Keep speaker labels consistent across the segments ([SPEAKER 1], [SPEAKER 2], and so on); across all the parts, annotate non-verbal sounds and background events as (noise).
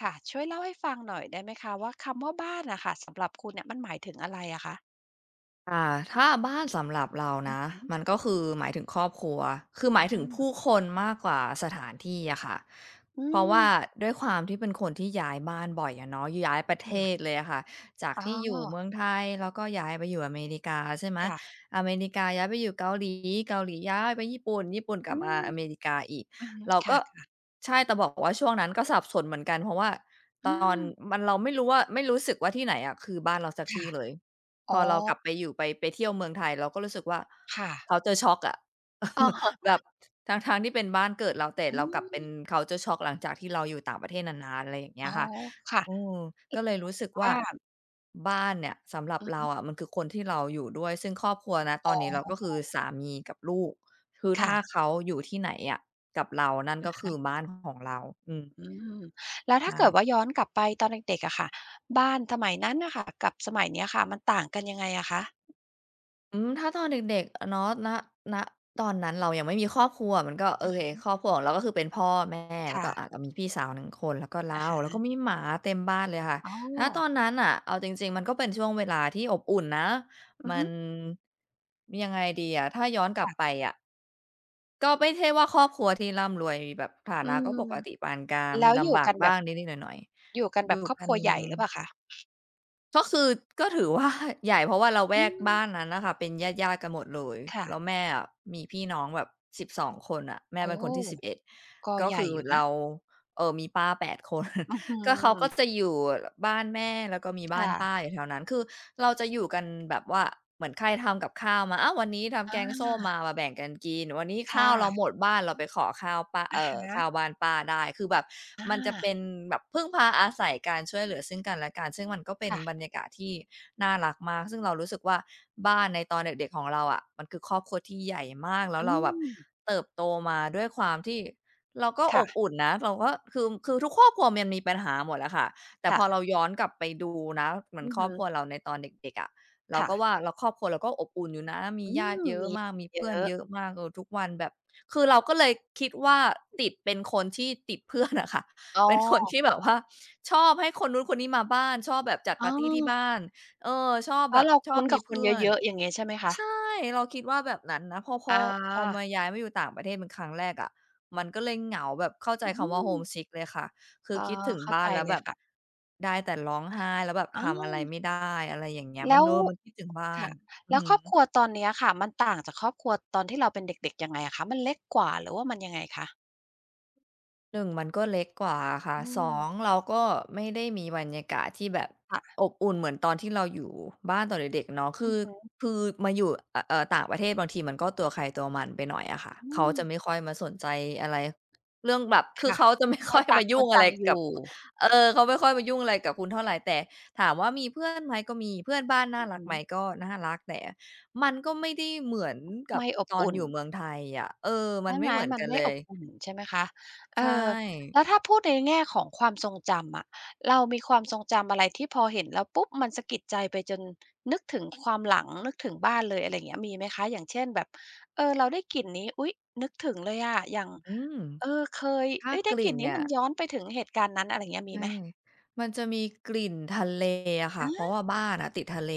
[SPEAKER 1] ค่ะช่วยเล่าให้ฟังหน่อยได้ไหมคะว่าคำว่าบ้านอะค่ะสำหรับคุณเนี่ยมันหมายถึงอะไรอะคะ
[SPEAKER 2] อ่าถ้าบ้านสำหรับเรา
[SPEAKER 1] อือ
[SPEAKER 2] นะ
[SPEAKER 1] ฮึ
[SPEAKER 2] มันก็คือหมายถึงครอบครัวคือห
[SPEAKER 1] อื
[SPEAKER 2] มายถึง
[SPEAKER 1] ม
[SPEAKER 2] ผู้คนมากกว่าสถานที่อะค่ะ
[SPEAKER 1] อื
[SPEAKER 2] เพราะ
[SPEAKER 1] ม
[SPEAKER 2] ว่าด้วยความที่เป็นคนที่ย้ายบ้านบ่อยอะเนาะย้ายประเท
[SPEAKER 1] ค่ะ
[SPEAKER 2] ศเลยอะค่ะจาก
[SPEAKER 1] อ๋
[SPEAKER 2] ที่อยู่เมือ
[SPEAKER 1] อ
[SPEAKER 2] งไทยแล้วก็ย้ายไปอยู่อเมริกาใช่ไหม
[SPEAKER 1] ค่ะ
[SPEAKER 2] อเมริกาย้ายไปอยู่เกาหลีเกาหลีย้ายไปญี่ปุ่นญี่ปุ่นกลั
[SPEAKER 1] อื
[SPEAKER 2] บมา
[SPEAKER 1] ม
[SPEAKER 2] อเมริกาอีก
[SPEAKER 1] อือฮึ
[SPEAKER 2] เราก็
[SPEAKER 1] ค่ะ
[SPEAKER 2] ใช่แต่บอกว่าช่วงนั้นก็สับสนเหมือนกันเพราะว่า
[SPEAKER 1] ๆ
[SPEAKER 2] ต
[SPEAKER 1] อื
[SPEAKER 2] อน
[SPEAKER 1] ม
[SPEAKER 2] มันเราไม่รู้ว่าไม่รู้สึกว่าที่ไหนอะคือบ้านเราสักที
[SPEAKER 1] ค่ะ
[SPEAKER 2] เลย พอ
[SPEAKER 1] อ๋อ
[SPEAKER 2] เรากลับไปอยู่ไปเที่ยวเมืองไทยเราก็รู้สึกว่า
[SPEAKER 1] ค่ะ
[SPEAKER 2] culture shock อะ
[SPEAKER 1] อะ
[SPEAKER 2] (laughs)
[SPEAKER 1] ฮะ
[SPEAKER 2] แบบทั้งๆที่เป็นบ้านเกิดเราแต่
[SPEAKER 1] อื
[SPEAKER 2] เรากลับเป็น
[SPEAKER 1] ม
[SPEAKER 2] culture shock หลังจากที่เราอยู่ต่างประเทศนานๆอะไรอย่างเงี้
[SPEAKER 1] อ๋
[SPEAKER 2] ย
[SPEAKER 1] อ
[SPEAKER 2] ค่ะ
[SPEAKER 1] ค่ะ
[SPEAKER 2] อืมก็เลยรู้สึกว่า
[SPEAKER 1] บ้าน
[SPEAKER 2] บ้านเนี่ยสำหรับ
[SPEAKER 1] อือ
[SPEAKER 2] เรา
[SPEAKER 1] ฮึ
[SPEAKER 2] อะมันคือคนที่เราอยู่ด้วยซึ่งครอบครัวณต
[SPEAKER 1] อ๋
[SPEAKER 2] อนนี้เราก็
[SPEAKER 1] อ
[SPEAKER 2] คือสามีกับลูกคือ
[SPEAKER 1] ค่ะ
[SPEAKER 2] ถ้าเขาอยู่ที่ไหนอะกับเรานั่น
[SPEAKER 1] อะ
[SPEAKER 2] ก็คือ
[SPEAKER 1] ฮะ
[SPEAKER 2] บ้านของเราอืม
[SPEAKER 1] อืมแล้วถ้าเกิด
[SPEAKER 2] ใช่
[SPEAKER 1] ว่าย้อนกลับไปตอนเด็กๆอะค่ะบ้านสมัยนั้นน่ะค่ะกับสมัยเนี้ยค่ะมันต่างกันยังไงอะคะ
[SPEAKER 2] ถ้าตอนเด็กๆเนาะณตอนนั้นเรายังไม่มีครอบครัวมันก็โอ
[SPEAKER 1] อือ
[SPEAKER 2] เค
[SPEAKER 1] ฮึ
[SPEAKER 2] ครอบครัวของเราก็คือเป็นพ่อแม่แล้วก็
[SPEAKER 1] ค่ะ
[SPEAKER 2] เรามีพี่สาวหนึ่งคนแล้วก็
[SPEAKER 1] อะ
[SPEAKER 2] เราแล้ว
[SPEAKER 1] ฮะ
[SPEAKER 2] ก็มีหมาเต็มบ้านเลยค่ะ
[SPEAKER 1] อ๋อ
[SPEAKER 2] ณตอนนั้นน่ะเอาจริงๆมันก็เป็นช่วงเวลาที่อบอุ่นนะ
[SPEAKER 1] อือ
[SPEAKER 2] มั
[SPEAKER 1] ฮึ
[SPEAKER 2] นยังไงดีอะถ้าย้อนกลับไป
[SPEAKER 1] ค่ะ
[SPEAKER 2] อะก็ไม่ใช่ว่าครอบครัวที่ร่ำรวยแบบฐา
[SPEAKER 1] อื
[SPEAKER 2] นะก็ป
[SPEAKER 1] ม
[SPEAKER 2] กติปานกลาง
[SPEAKER 1] แล้
[SPEAKER 2] มี
[SPEAKER 1] วอยู่
[SPEAKER 2] ลำบาก
[SPEAKER 1] กันแบบ
[SPEAKER 2] บ้างนิดๆหน่อย
[SPEAKER 1] อยู่กัน
[SPEAKER 2] ๆอ
[SPEAKER 1] แบ
[SPEAKER 2] ยู่
[SPEAKER 1] บครอบ
[SPEAKER 2] กั
[SPEAKER 1] ค
[SPEAKER 2] น
[SPEAKER 1] รัวใหญ่หรือเปล่าคะ
[SPEAKER 2] ก็คือถือว่าใหญ่เพราะว่าละแว
[SPEAKER 1] อื
[SPEAKER 2] ก
[SPEAKER 1] ม
[SPEAKER 2] บ้านนั้นน่ะค่ะเป็นญาติๆกันหมดเลย
[SPEAKER 1] ค่ะ
[SPEAKER 2] แล้วแม่อะมีพี่น้องแบบ12คนอะแม่
[SPEAKER 1] โอ้
[SPEAKER 2] เป็นคนที่11
[SPEAKER 1] ก็
[SPEAKER 2] ก็
[SPEAKER 1] ใหญ่
[SPEAKER 2] คือ
[SPEAKER 1] อยู่นะ
[SPEAKER 2] เรามีป้า8คน
[SPEAKER 1] อื้อฮื
[SPEAKER 2] ก็เขา
[SPEAKER 1] อ
[SPEAKER 2] ก็จะอยู่บ้านแม่แล้วก็มีบ้าน
[SPEAKER 1] ค่ะ
[SPEAKER 2] ป้าอยู่แถวนั้นคือเราจะอยู่กันแบบว่าเหมือนใครทำกับข้าวมาอ้าววันนี้ทำ
[SPEAKER 1] อ
[SPEAKER 2] แกงส้ม
[SPEAKER 1] า
[SPEAKER 2] มามาแบ่งกันกินวันนี้ข้า
[SPEAKER 1] ค่ะ
[SPEAKER 2] วเราหมดบ้านเราไปขอข้าวป้า
[SPEAKER 1] อะ
[SPEAKER 2] เอ่
[SPEAKER 1] ฮ
[SPEAKER 2] อข้าว
[SPEAKER 1] ะ
[SPEAKER 2] บ้านป้าได้คือแบบ
[SPEAKER 1] อ
[SPEAKER 2] มันจะเป็
[SPEAKER 1] า
[SPEAKER 2] นแบบพึ่งพาอาศัยการช่วยเหลือซึ่งกันและกันซึ่งมันก็เป็น
[SPEAKER 1] ค่ะ
[SPEAKER 2] บรรยากาศที่น่ารักมากซึ่งเรารู้สึกว่าบ้านในตอนเด็กๆของเราอะมันคือครอบครัวที่ใหญ่มากแล้ว
[SPEAKER 1] อื
[SPEAKER 2] เราแบบ
[SPEAKER 1] ม
[SPEAKER 2] เติบโตมาด้วยความที่ เราก็อ
[SPEAKER 1] ค่
[SPEAKER 2] บอุ่นนะเราก็คือทุกครอบครัวมันมีปัญหาหมดแหละค่ะแต่พอ
[SPEAKER 1] ะ
[SPEAKER 2] เราย้อนกลับไปดูนะเหมื
[SPEAKER 1] ๆ
[SPEAKER 2] อน
[SPEAKER 1] อือ
[SPEAKER 2] ครอ
[SPEAKER 1] ฮึ
[SPEAKER 2] บครัวเราในตอนเด็กๆอะเราก็ว่า
[SPEAKER 1] ค่ะ
[SPEAKER 2] เราครอบครัวเราก็อบอุ่นอยู่นะมี
[SPEAKER 1] อื
[SPEAKER 2] ญาติ
[SPEAKER 1] ม
[SPEAKER 2] เยอะ
[SPEAKER 1] มี
[SPEAKER 2] มากมี
[SPEAKER 1] เยอ
[SPEAKER 2] เพื่อน
[SPEAKER 1] ะ
[SPEAKER 2] เยอะมากเออทุกวันแบบคือเราก็เลยคิดว่าติดเป็นคนที่ติดเพื่อนอะค่ะ (laughs)
[SPEAKER 1] อ๋อ
[SPEAKER 2] เป็นคนที่แบบว่าชอบให้คนนู้นคนนี้มาบ้านชอบแบบจัด
[SPEAKER 1] อ๋อ
[SPEAKER 2] ปาร์ตีที่บ้านเออชอบแบ
[SPEAKER 1] แล้ว
[SPEAKER 2] บ
[SPEAKER 1] เรา
[SPEAKER 2] ชอบ
[SPEAKER 1] คุ้น
[SPEAKER 2] มี
[SPEAKER 1] กับคน
[SPEAKER 2] เพื่อน
[SPEAKER 1] เยอะๆอย่างงี้ใช่ไหมคะ
[SPEAKER 2] ใช่เราคิดว่าแบบนั้นนะพอพอ
[SPEAKER 1] อา
[SPEAKER 2] พอมาย้ายมาอยู่ต่างประเทศเป็นครั้งแรกอะมันก็เลยเหงาแบบเข้าใจ
[SPEAKER 1] อื
[SPEAKER 2] คำว่า
[SPEAKER 1] ม
[SPEAKER 2] homesick เลยค่ะคื
[SPEAKER 1] พ
[SPEAKER 2] อ
[SPEAKER 1] อ
[SPEAKER 2] คิดถึง
[SPEAKER 1] เข้า
[SPEAKER 2] บ้า
[SPEAKER 1] ใจ
[SPEAKER 2] นแล้ว
[SPEAKER 1] เล
[SPEAKER 2] แบ
[SPEAKER 1] ย
[SPEAKER 2] บ
[SPEAKER 1] ค่ะ
[SPEAKER 2] ได้แต่ร้องไห้แล้วแบบทำอะไร
[SPEAKER 1] อา
[SPEAKER 2] ไม่ได้อะไรอย่างเงี้ยมั
[SPEAKER 1] แล้
[SPEAKER 2] น
[SPEAKER 1] ว
[SPEAKER 2] เออมันคิดถึงบ้าน
[SPEAKER 1] ค่ะ
[SPEAKER 2] อือ
[SPEAKER 1] แล้ว
[SPEAKER 2] ฮึ
[SPEAKER 1] ครอบครัวตอนเนี้ยค่ะมันต่างจากครอบครัวตอนที่เราเป็นเด็กๆยังไงอะคะมันเล็กกว่าหรือว่ามันยังไงคะ
[SPEAKER 2] 1มันก็เล็กกว่าอะค่ะ
[SPEAKER 1] อื
[SPEAKER 2] สอง
[SPEAKER 1] ม
[SPEAKER 2] เราก็ไม่ได้มีบรรยากาศที่แบบ
[SPEAKER 1] ค่ะ
[SPEAKER 2] อบอุ่นเหมือนตอนที่เราอยู่บ้านตอนเด็กๆเนาะคื
[SPEAKER 1] อือ
[SPEAKER 2] อ
[SPEAKER 1] ฮึ
[SPEAKER 2] คือมาอยู่ต่างประเทศบางทีมันก็ตัวใครตัวมันไปหน่อยอะค่ะ
[SPEAKER 1] อื
[SPEAKER 2] เขา
[SPEAKER 1] ม
[SPEAKER 2] จะไม่ค่อยมาสนใจอะไรเรื่องแบบคือ
[SPEAKER 1] ค่ะ
[SPEAKER 2] เขาจะไม่
[SPEAKER 1] ก็
[SPEAKER 2] ค่อย
[SPEAKER 1] ต่า
[SPEAKER 2] มา
[SPEAKER 1] งค
[SPEAKER 2] ยุ่
[SPEAKER 1] น
[SPEAKER 2] งอะไร
[SPEAKER 1] ต่างอ
[SPEAKER 2] กับ
[SPEAKER 1] ยู่
[SPEAKER 2] เออเขาไม่ค่อยมายุ่งอะไรกับคุณเท่าไหรแต่ถามว่ามีเพื่อนไหมก็มีเพื่อนบ้านน่า
[SPEAKER 1] อือ
[SPEAKER 2] รัก
[SPEAKER 1] ฮึ
[SPEAKER 2] ไหมก็น่ารักแต่มันก็ไม่ได้เหมือนกับ
[SPEAKER 1] ไม่อบ
[SPEAKER 2] ตอน
[SPEAKER 1] อุ่
[SPEAKER 2] อ
[SPEAKER 1] น
[SPEAKER 2] ยู่เมืองไทยอะเออมั
[SPEAKER 1] ใช่
[SPEAKER 2] นไม่
[SPEAKER 1] ไหม
[SPEAKER 2] เหมือน
[SPEAKER 1] มัน
[SPEAKER 2] กัน
[SPEAKER 1] ไม่
[SPEAKER 2] เล
[SPEAKER 1] อ
[SPEAKER 2] ย
[SPEAKER 1] บอุ่นใช่ไหมคะเอ
[SPEAKER 2] ใช่
[SPEAKER 1] อแล้วถ้าพูดในแง่ของความทรงจำอะเรามีความทรงจำอะไรที่พอเห็นแล้วปุ๊บมันสะกิดใจไปจนนึกถึงความหลังนึกถึงบ้านเลยอะไรอย่างเงี้ยมีไหมคะอย่างเช่นแบบเออเราได้กลิ่นนี้อุ๊ยนึกถึงเลยอะอย่าง
[SPEAKER 2] อืม
[SPEAKER 1] เออเคย
[SPEAKER 2] ถ้า
[SPEAKER 1] เฮ้ย
[SPEAKER 2] ก
[SPEAKER 1] ได้ก
[SPEAKER 2] ลิ่
[SPEAKER 1] ลิ่
[SPEAKER 2] น
[SPEAKER 1] นนี้
[SPEAKER 2] เนี่ย
[SPEAKER 1] มันย้อนไปถึงเหตุการณ์นั้นอะไรอย่างเงี้ยมี
[SPEAKER 2] ใช่
[SPEAKER 1] ไหม
[SPEAKER 2] มันจะมีกลิ่นทะเลอะค่ะเพ
[SPEAKER 1] อา
[SPEAKER 2] ราะว่าบ้านอะติดทะเล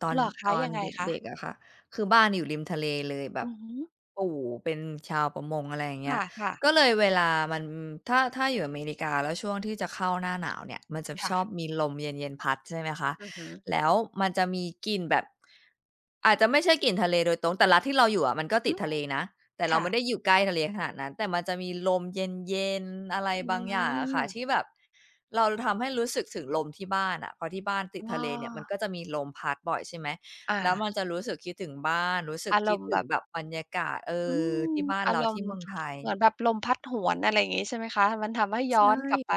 [SPEAKER 2] ตอน
[SPEAKER 1] เหรอ
[SPEAKER 2] ต
[SPEAKER 1] คะ
[SPEAKER 2] อน
[SPEAKER 1] ยังไงคะ
[SPEAKER 2] เด็กๆอะค่ะคือบ้านอยู่ริมทะเลเลยแบบ
[SPEAKER 1] อือฮึ
[SPEAKER 2] ปู่เป็นชาวประมงอะไรอย่าง
[SPEAKER 1] ค
[SPEAKER 2] เงี้ย
[SPEAKER 1] ่ะๆ
[SPEAKER 2] ก็เลยเวลามันถ้าอยู่อเมริกาแล้วช่วงที่จะเข้าหน้าหนาวเนี่ยมันจะช
[SPEAKER 1] ค่ะ
[SPEAKER 2] อบมีลมเย็นๆพัดใช่ไหมคะ
[SPEAKER 1] อือฮึ
[SPEAKER 2] แล้วมันจะมีกลิ่นแบบอาจจะไม่ใช่กลิ่นทะเลโดยตรงแต่รัฐที่เราอยู่อะมันก็
[SPEAKER 1] อื
[SPEAKER 2] ติด
[SPEAKER 1] ม
[SPEAKER 2] ทะเลนะ แต่เรา
[SPEAKER 1] ค่ะ
[SPEAKER 2] ไม่ได้อยู่ใกล้ทะเลขนาดนั้นแต่มันจะมีลมเย็นๆอะไร
[SPEAKER 1] อื
[SPEAKER 2] บางอย่างอะ
[SPEAKER 1] ม
[SPEAKER 2] ค่ะที่แบบเราทำให้รู้สึกถึงลมที่บ้านอะเพราะที่บ้านติด
[SPEAKER 1] อ้
[SPEAKER 2] ทะ
[SPEAKER 1] อ
[SPEAKER 2] เลเนี่ยมันก็จะมีลมพัดบ่อยใช่ไหม
[SPEAKER 1] อา
[SPEAKER 2] แล้วมันจะรู้สึกคิดถึงบ้านรู้สึก
[SPEAKER 1] อาร
[SPEAKER 2] คิด
[SPEAKER 1] มณ์
[SPEAKER 2] ถึ
[SPEAKER 1] แบ
[SPEAKER 2] ง
[SPEAKER 1] บ
[SPEAKER 2] แบบบรรยากาศเอ
[SPEAKER 1] อื
[SPEAKER 2] อ
[SPEAKER 1] ม
[SPEAKER 2] ที่บ้าน
[SPEAKER 1] อา
[SPEAKER 2] เรา
[SPEAKER 1] รม
[SPEAKER 2] ที่
[SPEAKER 1] ณ์
[SPEAKER 2] เมืองไทย
[SPEAKER 1] เหมือนแบบลมพัดหวนอะไรอย่างงี้ใช่ไหมคะมันทำให้ย้อ
[SPEAKER 2] ใช่
[SPEAKER 1] นกลับไป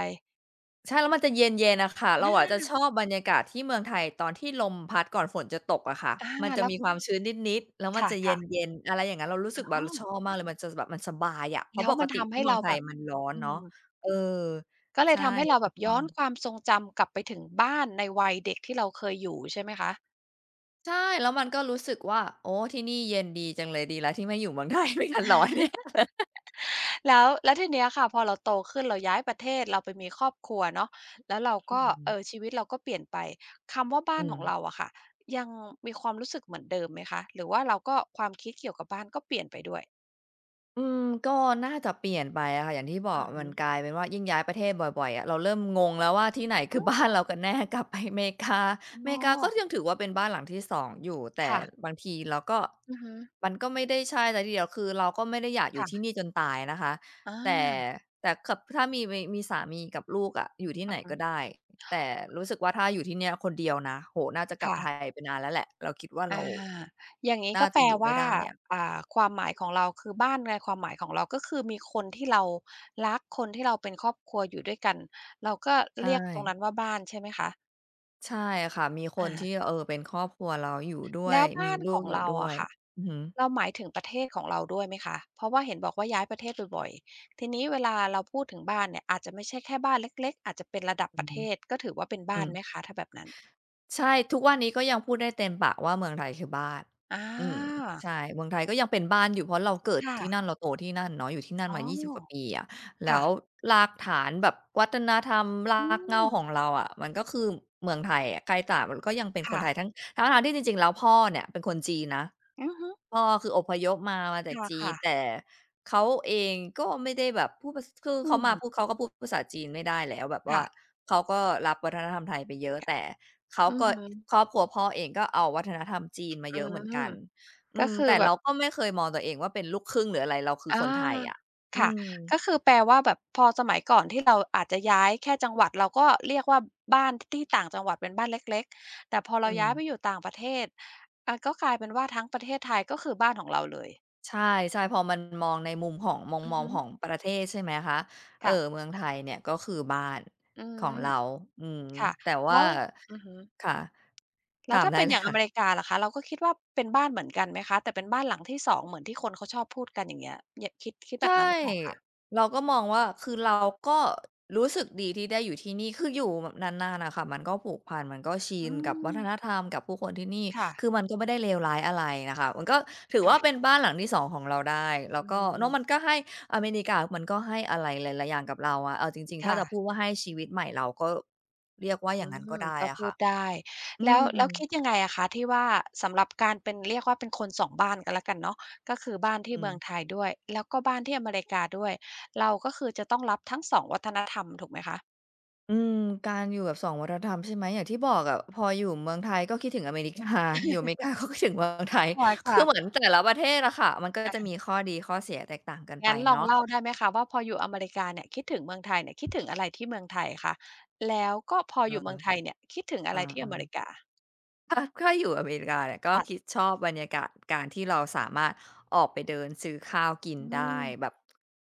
[SPEAKER 2] ใช่แล้วมันจะเย็นๆน่ะค่ะเรา
[SPEAKER 1] อ
[SPEAKER 2] อะ
[SPEAKER 1] า
[SPEAKER 2] จะชอบบรรยากาศที่เมืองไทยตอนที่ลมพัดก่อนฝนจะตกอะค่ะ
[SPEAKER 1] อา
[SPEAKER 2] มันจะ
[SPEAKER 1] แล้ว
[SPEAKER 2] มีความชื้นนิดๆแล้วมันจะเย
[SPEAKER 1] ค่ะ
[SPEAKER 2] ็นๆอะไรอย่างงั้นเรารู้สึกแบ
[SPEAKER 1] ๆ
[SPEAKER 2] บ
[SPEAKER 1] อ๋อ
[SPEAKER 2] เราชอบมากเลยมันจะแบบมันสบายอะเพ
[SPEAKER 1] แล้
[SPEAKER 2] ราะป
[SPEAKER 1] ว
[SPEAKER 2] ก
[SPEAKER 1] มัน
[SPEAKER 2] ติ
[SPEAKER 1] ทำ
[SPEAKER 2] ที่
[SPEAKER 1] ให้
[SPEAKER 2] เมือง
[SPEAKER 1] เรา
[SPEAKER 2] ไท
[SPEAKER 1] แบ
[SPEAKER 2] ย
[SPEAKER 1] บ
[SPEAKER 2] มันร้อน
[SPEAKER 1] อื
[SPEAKER 2] เนาะ
[SPEAKER 1] ม
[SPEAKER 2] เออ
[SPEAKER 1] ก็เลย
[SPEAKER 2] ใช่
[SPEAKER 1] ทำให้
[SPEAKER 2] เรา
[SPEAKER 1] เราแบ
[SPEAKER 2] จะ
[SPEAKER 1] บ
[SPEAKER 2] ชอ
[SPEAKER 1] ย้อ
[SPEAKER 2] บ
[SPEAKER 1] นความทรงจำกลับไปถึงบ้านในวัยเด็กที่เราเคยอยู่ใช่ไหมคะ
[SPEAKER 2] ใช่แล้วมันก็รู้สึกว่าโอ้ที่นี่เย็นดีจังเลยดีแล้วที่ไม่อยู่เมือง (laughs) ไทยไม่งั้นร้อนเนี่ย
[SPEAKER 1] แล้วแล้วทีเนี้ยค่ะพอเราโตขึ้นเราย้ายประเทศเราไปมีครอบครัวเนาะแล้วเรา
[SPEAKER 2] อื
[SPEAKER 1] ก็
[SPEAKER 2] ม
[SPEAKER 1] ชีวิตเราก็เปลี่ยนไปคำว่าบ้า
[SPEAKER 2] อื
[SPEAKER 1] นของ
[SPEAKER 2] ม
[SPEAKER 1] เราอะค่ะยังมีความรู้สึกเหมือนเดิมไหมคะหรือว่าเราก็ความคิดเกี่ยวกับบ้านก็เปลี่ยนไปด้วย
[SPEAKER 2] อืมก็น่าจะเปลี่ยนไปอะค่ะอย่างที่บอ
[SPEAKER 1] อื
[SPEAKER 2] ก
[SPEAKER 1] อ
[SPEAKER 2] มั
[SPEAKER 1] ฮึ
[SPEAKER 2] นกลายเป็นว่ายิ่งย้ายประเทศบ่อยๆอะเราเริ่มงงแล้วว่าที่ไหนคือ (laughs) บ้านเรากันแน่กลับไปอเมริกาอเม
[SPEAKER 1] อ๋อ
[SPEAKER 2] ริกาก็ยังถือว่าเป็นบ้านหลังที่สองอยู่แต่
[SPEAKER 1] ค่ะ
[SPEAKER 2] บางทีเราก็
[SPEAKER 1] อือฮึ
[SPEAKER 2] มันก็ไม่ได้ใช่แต่ทีเดียวคือเราก็ไม่ได้อยากอยู่ที่
[SPEAKER 1] ค่ะ
[SPEAKER 2] นี่จนตายนะคะ
[SPEAKER 1] อา
[SPEAKER 2] แต่แต่กับถ้ามีสามีกับลูกอะอยู่ที่
[SPEAKER 1] อื
[SPEAKER 2] ไหน
[SPEAKER 1] อ
[SPEAKER 2] ก็
[SPEAKER 1] ฮึ
[SPEAKER 2] ได้แต่รู้สึกว่าถ้าอยู่ที่เนี่ยคนเดียวนะโห้น่าจะกลับ
[SPEAKER 1] ค่ะ
[SPEAKER 2] ไทยไปนานแล้วแหละเราคิดว่า
[SPEAKER 1] อา
[SPEAKER 2] เรา
[SPEAKER 1] อย่างงี้
[SPEAKER 2] น่า
[SPEAKER 1] ก็แป
[SPEAKER 2] จะ
[SPEAKER 1] ล
[SPEAKER 2] อยู่ไม่
[SPEAKER 1] ว่า
[SPEAKER 2] ได้อะ
[SPEAKER 1] อ่าความหมายของเราคือบ้านในความหมายของเราก็คือมีคนที่เรารักคนที่เราเป็นครอบครัวอยู่ด้วยกันเราก็
[SPEAKER 2] ใช่
[SPEAKER 1] เรียกตรงนั้นว่าบ้านใช่ไหมคะ
[SPEAKER 2] ใช่ค่ะมีคน
[SPEAKER 1] อา
[SPEAKER 2] ที่เออเป็นครอบครัวเราอยู่ด้วย
[SPEAKER 1] แล้ว
[SPEAKER 2] มี
[SPEAKER 1] บ้าน
[SPEAKER 2] ลู
[SPEAKER 1] ข
[SPEAKER 2] ก
[SPEAKER 1] อง
[SPEAKER 2] อยู่
[SPEAKER 1] เรา
[SPEAKER 2] ด้ว
[SPEAKER 1] อะ
[SPEAKER 2] ย
[SPEAKER 1] ค่ะ
[SPEAKER 2] อือฮึ
[SPEAKER 1] เราหมายถึงประเทศของเราด้วยไหมคะเพราะว่าเห็นบอกว่าย้ายประเทศบ่อยๆทีนี้เวลาเราพูดถึงบ้านเนี่ยอาจจะไม่ใช่แค่บ้านเล็กๆอาจจะเป็นระดับ
[SPEAKER 2] อื
[SPEAKER 1] ป
[SPEAKER 2] อ
[SPEAKER 1] ระเท
[SPEAKER 2] ฮึ
[SPEAKER 1] ศก็ถือว่าเป็นบ้า
[SPEAKER 2] อื
[SPEAKER 1] น
[SPEAKER 2] ม
[SPEAKER 1] ไหมคะถ้าแบบนั้น
[SPEAKER 2] ใช่ทุกวันนี้ก็ยังพูดได้เต็มปากว่าเมืองไทยคือบ้าน
[SPEAKER 1] อา
[SPEAKER 2] อืมใช่เมืองไทยก็ยังเป็นบ้านอยู่เพราะเราเกิดที่นั่น
[SPEAKER 1] ค่ะ
[SPEAKER 2] เราโตที่นั่นเนาะอยู่ที่นั่น
[SPEAKER 1] อ๋อ
[SPEAKER 2] มายี่สิบกว่าปีอะแล้
[SPEAKER 1] ค่ะ
[SPEAKER 2] วรากฐานแบบวัฒนธรรม
[SPEAKER 1] อื
[SPEAKER 2] รากเหง้า
[SPEAKER 1] ม
[SPEAKER 2] ของเราอะมันก็คือเมืองไทยอะใครต่างมันก็ยังเป็นคน
[SPEAKER 1] ค่ะ
[SPEAKER 2] ไทยทั้งๆที่จริงๆแล้วพ่อเนี่ยเป็นคนจีนนะ
[SPEAKER 1] อือฮึ
[SPEAKER 2] พ่อคืออพยพมาจากจีน
[SPEAKER 1] ค่ะๆ
[SPEAKER 2] แต่เขาเองก็ไม่ได้แบบพูดภาสคือ
[SPEAKER 1] อื
[SPEAKER 2] เขา
[SPEAKER 1] ม
[SPEAKER 2] มาพูดเขาก็พูดภาษาจีนไม่ได้แล้วแบบว่า
[SPEAKER 1] ค่ะ
[SPEAKER 2] เขาก็รับวัฒนธรรมไทยไปเยอะแต่เขา
[SPEAKER 1] อือ
[SPEAKER 2] ก็
[SPEAKER 1] ฮึ
[SPEAKER 2] ครอบครัวพ่อเองก็เอาวัฒนธรรมจีนมา
[SPEAKER 1] อื
[SPEAKER 2] เยอะเหมือน
[SPEAKER 1] ม
[SPEAKER 2] กันอื
[SPEAKER 1] ก็
[SPEAKER 2] ม
[SPEAKER 1] คือ
[SPEAKER 2] แต่
[SPEAKER 1] แบบ
[SPEAKER 2] เราก็ไม่เคยมองตัวเองว่าเป็นลูกครึ่งหรืออะไรเราคือค
[SPEAKER 1] อา
[SPEAKER 2] นไทยอะอื
[SPEAKER 1] ค่ะ
[SPEAKER 2] ม
[SPEAKER 1] ก็คือแปลว่าแบบพอสมัยก่อนที่เราอาจจะย้ายแค่จังหวัดเราก็เรียกว่าบ้านที่ต่างจังหวัดเป็นบ้านเล็กๆ แต่พอ
[SPEAKER 2] อื
[SPEAKER 1] เราย้ายไปอ
[SPEAKER 2] ม
[SPEAKER 1] ยู่ต่างประเทศอาก็กลายเป็นว่าทั้งประเทศไทยก็คือบ้านของเราเลย
[SPEAKER 2] ใช่ๆพอมันมองในมุมของมอง
[SPEAKER 1] อือ
[SPEAKER 2] มอง
[SPEAKER 1] ฮึ
[SPEAKER 2] ของประเทศใช่ไหมคะ
[SPEAKER 1] ค่ะ
[SPEAKER 2] เมืองไทยเนี่ยก็คือบ้าน
[SPEAKER 1] อื
[SPEAKER 2] ขอ
[SPEAKER 1] ม
[SPEAKER 2] งเราอืม
[SPEAKER 1] ค่ะ
[SPEAKER 2] แต่
[SPEAKER 1] แล้
[SPEAKER 2] ว่า
[SPEAKER 1] วอือฮึ
[SPEAKER 2] ค่ะ
[SPEAKER 1] แล้ว
[SPEAKER 2] ถาม
[SPEAKER 1] ถ้า
[SPEAKER 2] ได้
[SPEAKER 1] เป็น
[SPEAKER 2] เล
[SPEAKER 1] อ
[SPEAKER 2] ย
[SPEAKER 1] ย่างอเมริ
[SPEAKER 2] ค่ะ
[SPEAKER 1] กาล่ะคะเราก็คิดว่าเป็นบ้านเหมือนกันไหมคะแต่เป็นบ้านหลังที่2เหมือนที่คนเขาชอบพูดกันอย่างเงี้ยอย่าคิดคิด
[SPEAKER 2] ใช
[SPEAKER 1] แบบนั้นหรือเปล่าคะ
[SPEAKER 2] ่เราก็มองว่าคือเราก็รู้สึกดีที่ได้อยู่ที่นี่คืออยู่แบบนานๆน่ะค่ะมันก็ผูกพันมันก็ชิ
[SPEAKER 1] อื
[SPEAKER 2] นกับวั
[SPEAKER 1] ม
[SPEAKER 2] ฒนธรรมกับผู้คนที่นี่
[SPEAKER 1] ค่ะ
[SPEAKER 2] คือมันก็ไม่ได้เลวร้ายอะไรน่ะค่ะมันก็ถือ
[SPEAKER 1] ค่ะ
[SPEAKER 2] ว่าเป็นบ้านหลังที่สองของเราได้แล้
[SPEAKER 1] อื
[SPEAKER 2] วก็เนาะมัน
[SPEAKER 1] ม
[SPEAKER 2] ก็ให้อเมริกามันก็ให้อะไรหลายๆอย่างกับเราอะเอาจริงๆถ้าจะพูด
[SPEAKER 1] ค่ะ
[SPEAKER 2] ว่าให้ชีวิตใหม่เราก็เรียกว่าอ
[SPEAKER 1] อื
[SPEAKER 2] ย่างนั้นก็
[SPEAKER 1] ม
[SPEAKER 2] ได้
[SPEAKER 1] ก็
[SPEAKER 2] อะ
[SPEAKER 1] พู
[SPEAKER 2] ค่ะ
[SPEAKER 1] ดได้
[SPEAKER 2] อื
[SPEAKER 1] แล้วแล้ว
[SPEAKER 2] ม
[SPEAKER 1] คิดยังไงอะคะที่ว่าสำหรับการเป็นเรียกว่าเป็นคนสองบ้านก็แล้วกันเนาะก็คือบ้านที่
[SPEAKER 2] อืม
[SPEAKER 1] เมืองไทยด้วยแล้วก็บ้านที่อเมริกาด้วยเราก็คือจะต้องรับทั้ง2วัฒนธรรมถูกไหมคะ
[SPEAKER 2] อืมการอยู่แบบสองวัฒนธรรมใช่ไหมอย่างที่บอกอะพออยู่เมืองไทยก็คิดถึงอเมริกา (laughs) อยู่อเมริกาก็คิดถึงเมืองไทย (laughs) คือ
[SPEAKER 1] ค่ะ
[SPEAKER 2] เหมือน
[SPEAKER 1] ๆ
[SPEAKER 2] แต่ละประเทศอะค่ะมันก็จะมีข้อดีข้อเสียแตกต่างกันไป
[SPEAKER 1] งั้นลอง
[SPEAKER 2] เนาะ
[SPEAKER 1] เล่าได้ไหมคะว่าพออยู่อเมริกาเนี่ยคิดถึงเมืองไทยเนี่ยคิดถึงอะไรที่เมืองไทยคะแล้วก็พอ
[SPEAKER 2] เออ
[SPEAKER 1] อยู่เมืองไทยเนี่ยคิดถึงอะ
[SPEAKER 2] อา
[SPEAKER 1] ไรที่อเมริ
[SPEAKER 2] ๆ
[SPEAKER 1] กา
[SPEAKER 2] (laughs) ถ้าอยู่อเมริกาเนี่ยก็
[SPEAKER 1] ค่ะ
[SPEAKER 2] คิดชอบบรรยากาศการที่เราสามารถออกไปเดินซื้อข้าวกิน
[SPEAKER 1] อืม
[SPEAKER 2] ได้แบบ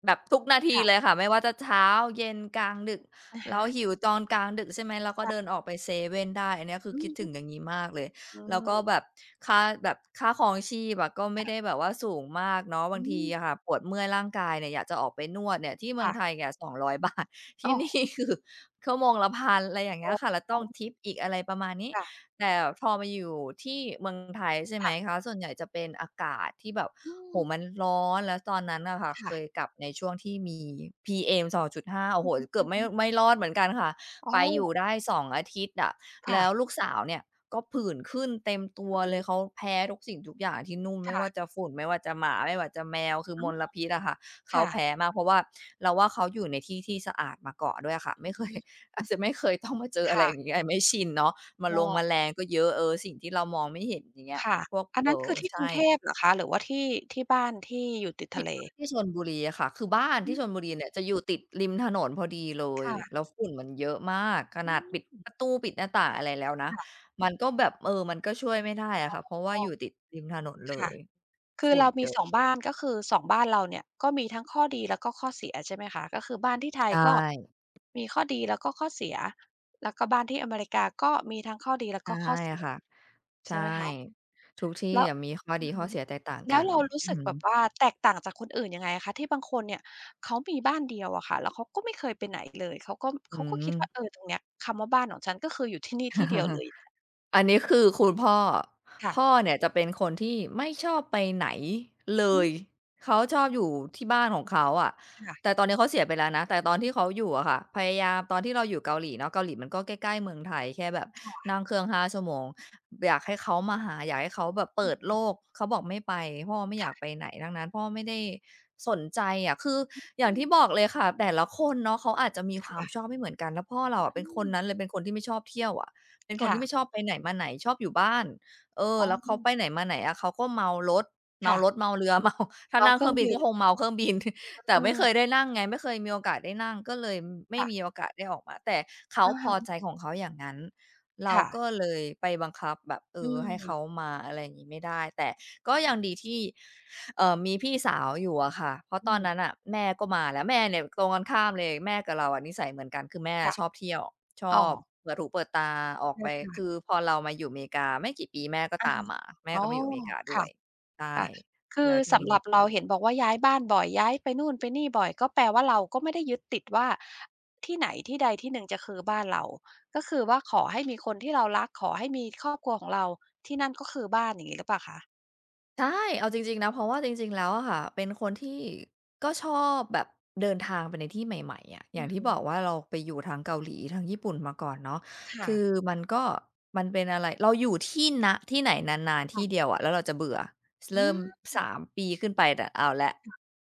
[SPEAKER 2] แบบทุกนาทีเลย
[SPEAKER 1] ค่ะ
[SPEAKER 2] ค่ะไม่ว่าจะเช้าเย็นกลางดึก
[SPEAKER 1] อะ
[SPEAKER 2] เรา
[SPEAKER 1] ฮะ
[SPEAKER 2] หิวตอนกลางดึกใช่ไหมเราก็เดิน
[SPEAKER 1] ค่ะ
[SPEAKER 2] ออกไปเซเว่นได้อันเนี้ยคือ
[SPEAKER 1] อื
[SPEAKER 2] คิดถึงอ
[SPEAKER 1] ม
[SPEAKER 2] ย่างงี้มากเลย
[SPEAKER 1] ๆอื
[SPEAKER 2] แล้วก็
[SPEAKER 1] ม
[SPEAKER 2] แบบค่าแบบค่าครองชีพอะก็ไม่ได้
[SPEAKER 1] ค่ะ
[SPEAKER 2] แบบว่าสูงมากเนาะบา
[SPEAKER 1] อื
[SPEAKER 2] งที
[SPEAKER 1] ม
[SPEAKER 2] อะค่ะปวดเมื่อยร่างกายเนี่ยอยากจะออกไปนวดเนี่ยที่เมืองไทย
[SPEAKER 1] ค่ะ
[SPEAKER 2] เนี่ย200บาทที่
[SPEAKER 1] โอ้
[SPEAKER 2] นี่คือ (laughs) ชั่วโมงละพันอะไรอย่างเงี้ย
[SPEAKER 1] โอ
[SPEAKER 2] ค่ะแล้วต้องทิปอีกอะไรประมาณนี้
[SPEAKER 1] ค่ะ
[SPEAKER 2] แต่พอมาอยู่ที่เมืองไทยใช่ไหม
[SPEAKER 1] ค่ะ
[SPEAKER 2] คะส่วนใหญ่จะเป็นอากาศที่แบบ
[SPEAKER 1] อืม
[SPEAKER 2] โอ้โฮมันร้อนแล้วตอนนั้นน่ะค่ะเคย
[SPEAKER 1] ค่ะ
[SPEAKER 2] กลับในช่วงที่มี PM 2.5โอ้
[SPEAKER 1] อื
[SPEAKER 2] โฮ
[SPEAKER 1] อ
[SPEAKER 2] เกือบไม่
[SPEAKER 1] ฮึๆ
[SPEAKER 2] ไม่รอดเหมือนกันค่ะ
[SPEAKER 1] อ๋อ
[SPEAKER 2] ไปอยู่ได้2องอาทิตย์อะ
[SPEAKER 1] ค่ะ
[SPEAKER 2] แล้วลูกสาวเนี่ยก็ผื่นขึ้นเต็มตัวเลยเขาแพ้ทุกสิ่งทุกอย่างที่นุ่มไม่ว่า
[SPEAKER 1] ค่ะ
[SPEAKER 2] จะฝุ่นไม่ว่าจะหมาไม่ว่าจะแมวคือ
[SPEAKER 1] อื
[SPEAKER 2] มล
[SPEAKER 1] ม
[SPEAKER 2] พิษอะค่ะเขา
[SPEAKER 1] ค่ะ
[SPEAKER 2] แพ้มากเพราะว่าเราว่าเขาอยู่ในที่ที่สะอาดมาก่อนด้วยอะค่ะไม่เค
[SPEAKER 1] อื
[SPEAKER 2] ย
[SPEAKER 1] ม
[SPEAKER 2] (laughs) อาจจะไม่เคยต้องมาเจออะไรอย่าง
[SPEAKER 1] ค่ะ
[SPEAKER 2] งี้อาจไม่ชินเนาะ มา
[SPEAKER 1] อ้
[SPEAKER 2] ลงแม
[SPEAKER 1] อ
[SPEAKER 2] ลงก็เยอะเออสิ่งที่เรามองไม่เห็นอย่างเงี้ย
[SPEAKER 1] ค่ะ
[SPEAKER 2] พวก
[SPEAKER 1] อันนั้นคือที่กรุ
[SPEAKER 2] ใช่
[SPEAKER 1] งเทพเหรอคะหรือว่าที่ที่บ้านที่อยู่ติดทะเล
[SPEAKER 2] ที่ชลบุรีอะค่ะคือบ้าน
[SPEAKER 1] อื
[SPEAKER 2] ที่ชล
[SPEAKER 1] ม
[SPEAKER 2] บุรีเนี่ยจะอยู่ติดริมถนนพอดีเลย
[SPEAKER 1] ค่ะ
[SPEAKER 2] แล้วฝุ่นมันเยอะมากข
[SPEAKER 1] อื
[SPEAKER 2] นาดปิด
[SPEAKER 1] ม
[SPEAKER 2] ประตูปิดหน้าต่างอะไรแล้วนะ
[SPEAKER 1] ค่ะ
[SPEAKER 2] มันก็แบบเออมันก็ช่วยไม่ได้อะค่ะเพราะว่า
[SPEAKER 1] อ้
[SPEAKER 2] อยู่
[SPEAKER 1] อ
[SPEAKER 2] ติดริมถนนเล
[SPEAKER 1] ค่ะ
[SPEAKER 2] ย
[SPEAKER 1] คือ
[SPEAKER 2] ฝุ่น
[SPEAKER 1] เรา
[SPEAKER 2] เย
[SPEAKER 1] มีสอง
[SPEAKER 2] อะ
[SPEAKER 1] บ้านก็คือสองบ้านเราเนี่ยก็มีทั้งข้อดีแล้วก็ข้อเสียใช่ไหมคะก็คือบ้านที่ไท
[SPEAKER 2] ใช
[SPEAKER 1] ยก็
[SPEAKER 2] ่
[SPEAKER 1] มีข้อดีแล้วก็ข้อเสียแล้วก็บ้านที่อเมริกาก็มีทั้งข้อดีแล้ว
[SPEAKER 2] ใช่
[SPEAKER 1] ก็ข้อเสีย
[SPEAKER 2] ค่ะ
[SPEAKER 1] ใช่
[SPEAKER 2] ใช่
[SPEAKER 1] ไหมคะ
[SPEAKER 2] ทุกที่
[SPEAKER 1] แล้ว
[SPEAKER 2] อะมีข้อ
[SPEAKER 1] อื
[SPEAKER 2] ดี
[SPEAKER 1] อ
[SPEAKER 2] ข้อ
[SPEAKER 1] ฮึ
[SPEAKER 2] เสียแตกต่าง
[SPEAKER 1] แล้
[SPEAKER 2] กั
[SPEAKER 1] ว
[SPEAKER 2] น
[SPEAKER 1] เรารู้
[SPEAKER 2] อือ
[SPEAKER 1] สึก
[SPEAKER 2] ฮึ
[SPEAKER 1] แบบว่าแตกต่างจากคนอื่นยังไงอะคะที่บางคนเนี่ยเขามีบ้านเดียวอะค่ะแล้วเขาก็ไม่เคยไปไหนเลยเขาก็
[SPEAKER 2] อื
[SPEAKER 1] เขาก็คิดว่า
[SPEAKER 2] ม
[SPEAKER 1] ตรงเนี้ยคำว่าบ้านของฉันก็คืออยู่ที่นี่ที่เดียวเลยอย่างเงี้ย
[SPEAKER 2] อันนี้คือคุณพ่อ
[SPEAKER 1] ค่ะ
[SPEAKER 2] พ่อเนี่ยจะเป็นคนที่ไม่ชอบไปไหนเล
[SPEAKER 1] อืม
[SPEAKER 2] ยเขาชอบอยู่ที่บ้านของเขาอะแต่
[SPEAKER 1] ค่ะ
[SPEAKER 2] ตอนนี้เขาเสียไปแล้วนะแต่ตอนที่เขาอยู่อะค่ะพยายามตอนที่เราอยู่เกาหลีเนาะเกาหลีมันก็ใกล้ๆเมืองไทยแค่แบบนั่งเครื่องห้าชั่วโมงอยากให้เขามาหาอยากให้เขาแบบ
[SPEAKER 1] ๆอื
[SPEAKER 2] เปิด
[SPEAKER 1] ม
[SPEAKER 2] โลกเขาบอกไม่ไปพ่อไม่อยากไป
[SPEAKER 1] ค่ะ
[SPEAKER 2] ไหนทั้งนั้นพ่อไม่ได้สนใจอะคืออ
[SPEAKER 1] อื
[SPEAKER 2] ย่างที่บอ
[SPEAKER 1] ม
[SPEAKER 2] กเลยค่ะแต่ละคนเนาะเขาอาจจะมี
[SPEAKER 1] ค
[SPEAKER 2] ความช
[SPEAKER 1] ่ะ
[SPEAKER 2] อบไม่เหมือนกันแล้วพ่อเราอะเป็
[SPEAKER 1] อื
[SPEAKER 2] นคนนั้น
[SPEAKER 1] ม
[SPEAKER 2] เลยเป็นคนที่ไม่ชอบเที่ยวอะ เป็นคน
[SPEAKER 1] ค่ะ
[SPEAKER 2] ที่ไม่ชอบไปไหนมาไหนชอบอยู่บ้านเออ
[SPEAKER 1] อ๋อ
[SPEAKER 2] แล้วเขาไปไหนมาไหนอะเขาก็เมารถ
[SPEAKER 1] ค่ะ
[SPEAKER 2] เมาเรือ (laughs) เมาถ้า
[SPEAKER 1] ตั๋ว
[SPEAKER 2] นั่ง
[SPEAKER 1] เค
[SPEAKER 2] เค
[SPEAKER 1] รื่
[SPEAKER 2] รื่
[SPEAKER 1] อ
[SPEAKER 2] อ
[SPEAKER 1] ง
[SPEAKER 2] งบิน
[SPEAKER 1] บิ
[SPEAKER 2] ก็
[SPEAKER 1] น
[SPEAKER 2] คงเมาเครื่องบิน (laughs) แต่
[SPEAKER 1] เอ
[SPEAKER 2] ไม่เค
[SPEAKER 1] อ
[SPEAKER 2] ยได้นั่งไงไม่เคยมีโอกาสได้นั่งก็เลยไม่มีโอ
[SPEAKER 1] ค่ะ
[SPEAKER 2] กาสได้ออกมาแต่เขา
[SPEAKER 1] อะ
[SPEAKER 2] พอใจ
[SPEAKER 1] ฮะ
[SPEAKER 2] ของเขาอย่างนั้นเรา
[SPEAKER 1] ค่ะ
[SPEAKER 2] ก็เลยไปบังคับแบบเอ
[SPEAKER 1] อื
[SPEAKER 2] อ
[SPEAKER 1] ม
[SPEAKER 2] ให้เขามาอะไรอย่างงี้ไม่ได้แต่ก็ยังดีที่มีพี่สาวอยู่อะค่ะเพราะ
[SPEAKER 1] อื
[SPEAKER 2] ตอ
[SPEAKER 1] ม
[SPEAKER 2] นนั้นน่ะแม่ก็มาแล้วแม่เนี่ยตรงกันข้ามเลยแม่กับเราอะนิสัยเหมือนกันคือแม่
[SPEAKER 1] ค่ะ
[SPEAKER 2] ชอบเที่ยว ช
[SPEAKER 1] อ๋
[SPEAKER 2] อ
[SPEAKER 1] อ
[SPEAKER 2] บเปิดหูเปิดตาออก
[SPEAKER 1] เอ
[SPEAKER 2] ไป
[SPEAKER 1] อค่
[SPEAKER 2] คือ
[SPEAKER 1] ะ
[SPEAKER 2] พอเรามาอยู่อเมริกาไม่กี่ปีแม่ก็
[SPEAKER 1] อะ
[SPEAKER 2] ตาม
[SPEAKER 1] ฮะ
[SPEAKER 2] มาแม่
[SPEAKER 1] อ๋
[SPEAKER 2] ก็
[SPEAKER 1] อ
[SPEAKER 2] มาอยู่อเมริกาด้ว
[SPEAKER 1] ค่ะ
[SPEAKER 2] ยใช่
[SPEAKER 1] ค่ะคือ
[SPEAKER 2] แล้วที
[SPEAKER 1] สำห
[SPEAKER 2] นี้
[SPEAKER 1] รับเราเห็นบอกว่าย้ายบ้านบ่อยย้ายไปนู่นไปนี่บ่อยก็แปลว่าเราก็ไม่ได้ยึดติดว่าที่ไหนที่ใดที่หนึ่งจะคือบ้านเราก็คือว่าขอให้มีคนที่เรารักขอให้มีครอบครัวของเราที่นั่นก็คือบ้านอย่างงี้หรือเปล่าคะ
[SPEAKER 2] ใช่เอาจริงๆนะเพราะว่าจริงๆแล้วอะค่ะเป็นคนที่ก็ชอบแบบเดินทางไปในที่ใหม่ๆอะอ
[SPEAKER 1] อื
[SPEAKER 2] ย่าง
[SPEAKER 1] อ
[SPEAKER 2] ที่
[SPEAKER 1] ฮึ
[SPEAKER 2] บอกว่าเราไปอยู่ทั้งเกาหลีทั้งญี่ปุ่นมาก่อนเนาะ
[SPEAKER 1] ค่ะ
[SPEAKER 2] คือมันก็มันเป็นอะไรเราอยู่ที่นที่ไหนนานๆที่
[SPEAKER 1] ค่ะ
[SPEAKER 2] เดียวอะแล้วเราจะเบื่อส
[SPEAKER 1] อื
[SPEAKER 2] เริ่ม
[SPEAKER 1] ม
[SPEAKER 2] สามปีขึ้นไปแต่เอาแล้ว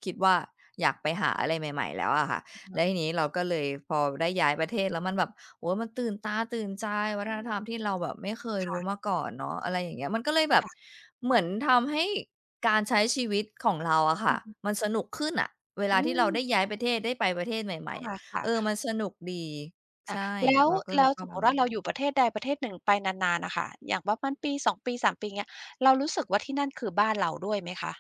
[SPEAKER 2] คิดว่าอยากไปหาอะไรใหม่ๆแล้วอะค่ะ
[SPEAKER 1] อ
[SPEAKER 2] แล้วทีนี้เราก็เลยพอได้ย้ายประเทศแล้วมันแบบโอ้โมันตื่นตาตื่นใจวั
[SPEAKER 1] ื
[SPEAKER 2] ฒนธร
[SPEAKER 1] ม
[SPEAKER 2] รมที่เราแบบไม่เคยรู้มา
[SPEAKER 1] ค่ะ
[SPEAKER 2] ก่อนเนาะอะไรอย่างเงี้ยมันก็เลยแบบ
[SPEAKER 1] ค่ะ
[SPEAKER 2] เหมือนทำให้การใช้ชีวิตของเราอะ
[SPEAKER 1] อื
[SPEAKER 2] ค่ะ
[SPEAKER 1] อฮึ
[SPEAKER 2] มันสนุกขึ้นอ่ะเว
[SPEAKER 1] อื
[SPEAKER 2] ลาที่
[SPEAKER 1] ม
[SPEAKER 2] เราได้ย้ายประเทศได้ไปประเทศใหม่ๆ
[SPEAKER 1] ค่ะ
[SPEAKER 2] อะ
[SPEAKER 1] ค่ะ
[SPEAKER 2] เออมันสนุกดี
[SPEAKER 1] ค่ะ
[SPEAKER 2] ใช่
[SPEAKER 1] แล้ว
[SPEAKER 2] เราก็เลยช
[SPEAKER 1] ส
[SPEAKER 2] อบ
[SPEAKER 1] ม
[SPEAKER 2] อั
[SPEAKER 1] มุ
[SPEAKER 2] น
[SPEAKER 1] ติ
[SPEAKER 2] นั้
[SPEAKER 1] ว่า
[SPEAKER 2] น
[SPEAKER 1] เราอยู่ประเทศใดประเทศหนึ่งไปนานๆน่ะค่ะอย่างประมาณปี2ปีสามปีเงี้ยเรารู้สึกว่าที่นั่นคือบ้านเราด้วยไหมคะ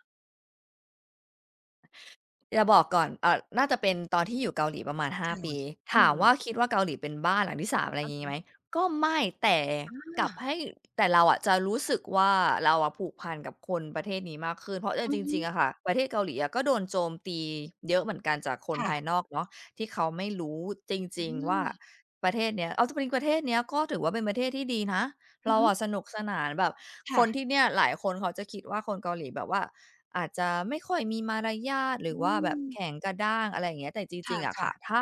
[SPEAKER 2] จะบอกก่อนน่าจะเป็นตอนที่อยู่เกาหลีประมาณ5
[SPEAKER 1] ค่ะ
[SPEAKER 2] ปี
[SPEAKER 1] อื
[SPEAKER 2] ถา
[SPEAKER 1] ม
[SPEAKER 2] มว่าคิดว่าเกาหลีเป็นบ้านหลังที่3อะไร
[SPEAKER 1] อือ
[SPEAKER 2] งี้
[SPEAKER 1] ฮึ
[SPEAKER 2] ไหม ก็ไม่แต่
[SPEAKER 1] อ
[SPEAKER 2] ก
[SPEAKER 1] า
[SPEAKER 2] ลับให้แต่เราอะจะรู้สึกว่าเราอะผูกพันกับคนประเทศนี้มากขึ้นเพราะเออ
[SPEAKER 1] อื
[SPEAKER 2] จ
[SPEAKER 1] อฮึ
[SPEAKER 2] ริงๆอะค่ะประเทศเกาหลีอะก็โดนโจมตีเยอะเหมือนกันจากคน
[SPEAKER 1] ค่ะ
[SPEAKER 2] ภายนอกเนาะที่เขาไม่รู้จ
[SPEAKER 1] อื
[SPEAKER 2] ริงๆว่า
[SPEAKER 1] ม
[SPEAKER 2] ประเทศเนี้ยเอาจริงๆประเทศเนี้ยก็ถือว่าเป็นประเทศที่ดีนะ
[SPEAKER 1] อือ
[SPEAKER 2] เรา
[SPEAKER 1] ฮึ
[SPEAKER 2] อะสนุกสนานแบบค
[SPEAKER 1] ค่ะ
[SPEAKER 2] นที่เนี่ยหลายคนเขาจะคิดว่าคนเกาหลีแบบว่า อาจจะไม่ค่อยมีมารยาทหรื
[SPEAKER 1] อื
[SPEAKER 2] อว่าแบบ
[SPEAKER 1] ม
[SPEAKER 2] แข็งกระด้างอะไรอย่างเงี้ยแต่จริงๆอะ
[SPEAKER 1] ค่ะ
[SPEAKER 2] ค่ะถ้า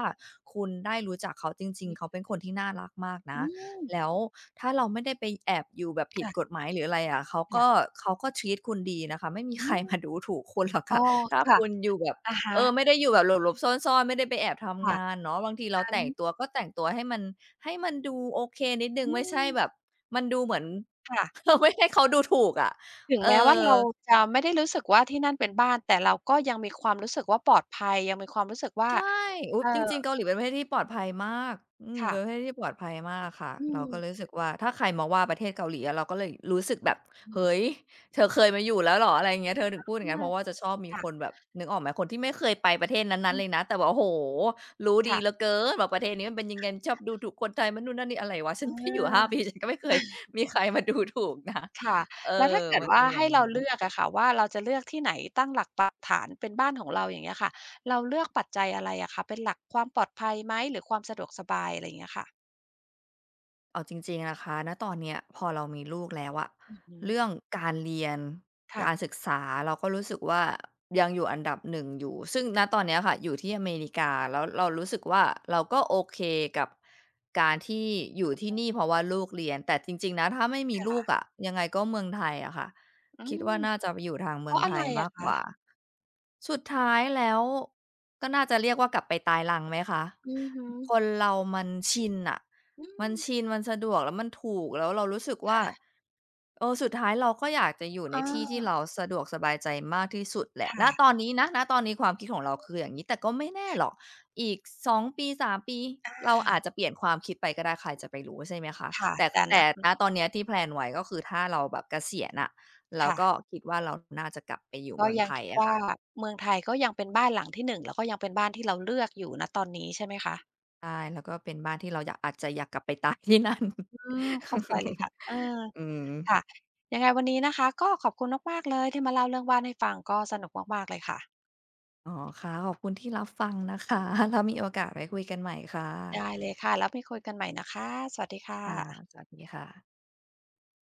[SPEAKER 2] คุณได้รู้จักเขาจ
[SPEAKER 1] ๆ
[SPEAKER 2] ริง
[SPEAKER 1] อื
[SPEAKER 2] ๆเขา
[SPEAKER 1] อ
[SPEAKER 2] เป็นคนที่น่ารักมากนะ
[SPEAKER 1] อืม
[SPEAKER 2] แล้วถ้าเราไม่ได้ไปแอบอยู่แบบผิดก
[SPEAKER 1] ค่ะ
[SPEAKER 2] ฎหมายหรืออะไรอะเขาก็
[SPEAKER 1] ค่ะ
[SPEAKER 2] treat คุณดีนะคะไม่มี
[SPEAKER 1] อื
[SPEAKER 2] ใคร
[SPEAKER 1] ม
[SPEAKER 2] มาดูถูกคุณหรอก
[SPEAKER 1] อ๋อ
[SPEAKER 2] ค่ะถ้า
[SPEAKER 1] ค่ะ
[SPEAKER 2] คุณอยู่แบบ
[SPEAKER 1] อะ
[SPEAKER 2] เอ
[SPEAKER 1] ฮะ
[SPEAKER 2] อไม่ได้อยู่แบบหลบๆซ่อนๆไม่ได้ไปแอบทำ
[SPEAKER 1] ค่ะ
[SPEAKER 2] งานเนาะบางทีเรา
[SPEAKER 1] งั้น
[SPEAKER 2] แต่งตัวก็แต่งตัวให้มันดูโอเคนิดหนึ่ง
[SPEAKER 1] อื
[SPEAKER 2] ไม่
[SPEAKER 1] ม
[SPEAKER 2] ใช่แบบมันดูเหมือน
[SPEAKER 1] ค่ะ
[SPEAKER 2] (laughs) เราไม่ให้เขาดูถูกอะ
[SPEAKER 1] ถึง
[SPEAKER 2] เอ
[SPEAKER 1] แม้ว่า
[SPEAKER 2] อ
[SPEAKER 1] เราจะไม่ได้รู้สึกว่าที่นั่นเป็นบ้านแต่เราก็ยังมีความรู้สึกว่าปลอดภัยยังมีความรู้สึกว่า
[SPEAKER 2] ใช่อุ๊ย
[SPEAKER 1] เอ่
[SPEAKER 2] จ
[SPEAKER 1] อ
[SPEAKER 2] ริงๆเกาหลีเป็นประเทศที่ปลอดภัยมากอืม
[SPEAKER 1] ค่ะ
[SPEAKER 2] เป็นประเทศที่ปลอดภัยมากค่ะ
[SPEAKER 1] อื
[SPEAKER 2] เรา
[SPEAKER 1] ม
[SPEAKER 2] ก็เลยรู้สึกว่าถ้าใครมาว่าประเทศเกาหลีอะเราก็เลยรู้สึกแบบ
[SPEAKER 1] อื
[SPEAKER 2] เฮ้
[SPEAKER 1] ม
[SPEAKER 2] ยเธอเคยมาอยู่แล้วเหรออะไรอย่างเงี้ยเธอถึงพูดอ
[SPEAKER 1] เอ
[SPEAKER 2] ย่างงั้นเพ
[SPEAKER 1] อ
[SPEAKER 2] ราะว่าจะชอบมี
[SPEAKER 1] ค่ะ
[SPEAKER 2] คนแบบนึกออกไหมคนที่ไม่เคยไปประเทศนั้
[SPEAKER 1] อื
[SPEAKER 2] นๆเลย
[SPEAKER 1] ม
[SPEAKER 2] นะแต่แบบโอ้โฮรู้ดี
[SPEAKER 1] ค่ะ
[SPEAKER 2] เหลือ
[SPEAKER 1] (laughs)
[SPEAKER 2] เกินว่าประเทศนี้มันเป็นยังไงชอบดูถูกคนไทยมันนู่นนั่นนี่อะไรวะ
[SPEAKER 1] เ
[SPEAKER 2] ฉันไปอยู่ห้าปี
[SPEAKER 1] ออ
[SPEAKER 2] ฉันก็ไม่เคยมีใครมาดูถูกนะ
[SPEAKER 1] ค่ะ
[SPEAKER 2] เออ
[SPEAKER 1] แล้วถ้าเกิด
[SPEAKER 2] มันเป็
[SPEAKER 1] ว่า
[SPEAKER 2] นอย่าง
[SPEAKER 1] ให้เราเลือก
[SPEAKER 2] งี้
[SPEAKER 1] อะค่ะว่าเราจะเลือกที่ไหนตั้งหลักปักฐานเป็นบ้านของเราอย่างเงี้ยค่ะเราเลือกปัจจัยอะไรอะคะเป็นหลักความปลอดภัยไหมหรือความสะดวกสบายอะไรอย่างเงี้ยค่ะ
[SPEAKER 2] เอาจริงๆนะคะณตอนเนี้ยพอเรามีลูกแล้วอะ
[SPEAKER 1] อือฮึ
[SPEAKER 2] เรื่องการเรียน
[SPEAKER 1] ค่ะ
[SPEAKER 2] การศึกษาเราก็รู้สึกว่ายังอยู่อันดับ1อยู่ซึ่งณตอนเนี้ยค่ะอยู่ที่อเมริกาแล้วเรารู้สึกว่าเราก็โอเคกับการที่อยู่ที่นี่เพราะว่าลูกเรียนแต่จริงๆนะถ้าไม่มีลู
[SPEAKER 1] ค่ะ
[SPEAKER 2] กอะยังไงก็เมืองไทยอะค่ะ
[SPEAKER 1] อื
[SPEAKER 2] คิด
[SPEAKER 1] ม
[SPEAKER 2] ว่าน่าจะไปอยู่ทาง
[SPEAKER 1] เพ
[SPEAKER 2] เมือง
[SPEAKER 1] ราะอะ
[SPEAKER 2] ไท
[SPEAKER 1] ไร
[SPEAKER 2] ยมา
[SPEAKER 1] อะ
[SPEAKER 2] กกว่า
[SPEAKER 1] คะ
[SPEAKER 2] สุดท้ายแล้วก็น่าจะเรียกว่ากลับไปตายรังไหมคะ
[SPEAKER 1] อือฮึ
[SPEAKER 2] คนเรามันชินน่ะ
[SPEAKER 1] อื
[SPEAKER 2] มัน
[SPEAKER 1] ม
[SPEAKER 2] ชินมันสะดวกแล้วมันถูกแล้วเรารู้สึกว่า
[SPEAKER 1] ค่ะ
[SPEAKER 2] เออสุดท้ายเราก็อยากจะอยู่
[SPEAKER 1] เ
[SPEAKER 2] ในที่ที่
[SPEAKER 1] ออ
[SPEAKER 2] เราสะดวกสบายใจมากที่สุดแหละณตอน
[SPEAKER 1] ค่ะ
[SPEAKER 2] นี้นะณตอนนี้ความคิดของเราคืออย่างงี้แต่ก็ไม่แน่หรอกอีกสองปีสามปี
[SPEAKER 1] อา
[SPEAKER 2] เราอาจจะเปลี่ยนความคิดไปก็ได้ใครจะไปรู้ใช่ไหมคะ
[SPEAKER 1] ค่ะ
[SPEAKER 2] แต่
[SPEAKER 1] แต่
[SPEAKER 2] แต่
[SPEAKER 1] นะอื
[SPEAKER 2] ณ
[SPEAKER 1] อ
[SPEAKER 2] ตอนเนี้ยที่แพลนไว้ก็คือถ้าเราแบบเกษียณอะเรา
[SPEAKER 1] ค่ะ
[SPEAKER 2] ก็คิดว่าเราน่าจะกลับไปอยู่
[SPEAKER 1] ก็
[SPEAKER 2] เมือง
[SPEAKER 1] ยัง
[SPEAKER 2] ไทย
[SPEAKER 1] คิด
[SPEAKER 2] อะ
[SPEAKER 1] ว่า
[SPEAKER 2] ค่ะ
[SPEAKER 1] เมืองไทยก็ยังเป็นบ้านหลังที่หนึ่งแล้วก็ยังเป็นบ้านที่เราเลือกอยู่ณตอนนี้ใช่ไหมคะ
[SPEAKER 2] ใช่แล้วก็เป็นบ้านที่เราอยากอาจจะอยากกลับไปตายที่นั่น
[SPEAKER 1] อืมเข้าใจเลยค่ะเออ
[SPEAKER 2] (laughs) อืม
[SPEAKER 1] ค่ะยังไงวันนี้นะคะก็ขอบคุณมากๆเลยที่มาเล่าเรื่องบ้านให้ฟังก็สนุกมากๆเลยค่ะ
[SPEAKER 2] อ๋อค่ะขอบคุณที่รับฟังนะคะ (laughs) แล้วมีโอกาสไว้คุยกันใหม่ค่ะ
[SPEAKER 1] ได้เลยค่ะแล้วไปคุยกันใหม่นะคะสวัสดีค
[SPEAKER 2] ค่ะ
[SPEAKER 1] ่ะ
[SPEAKER 2] สวัสดีค่ะ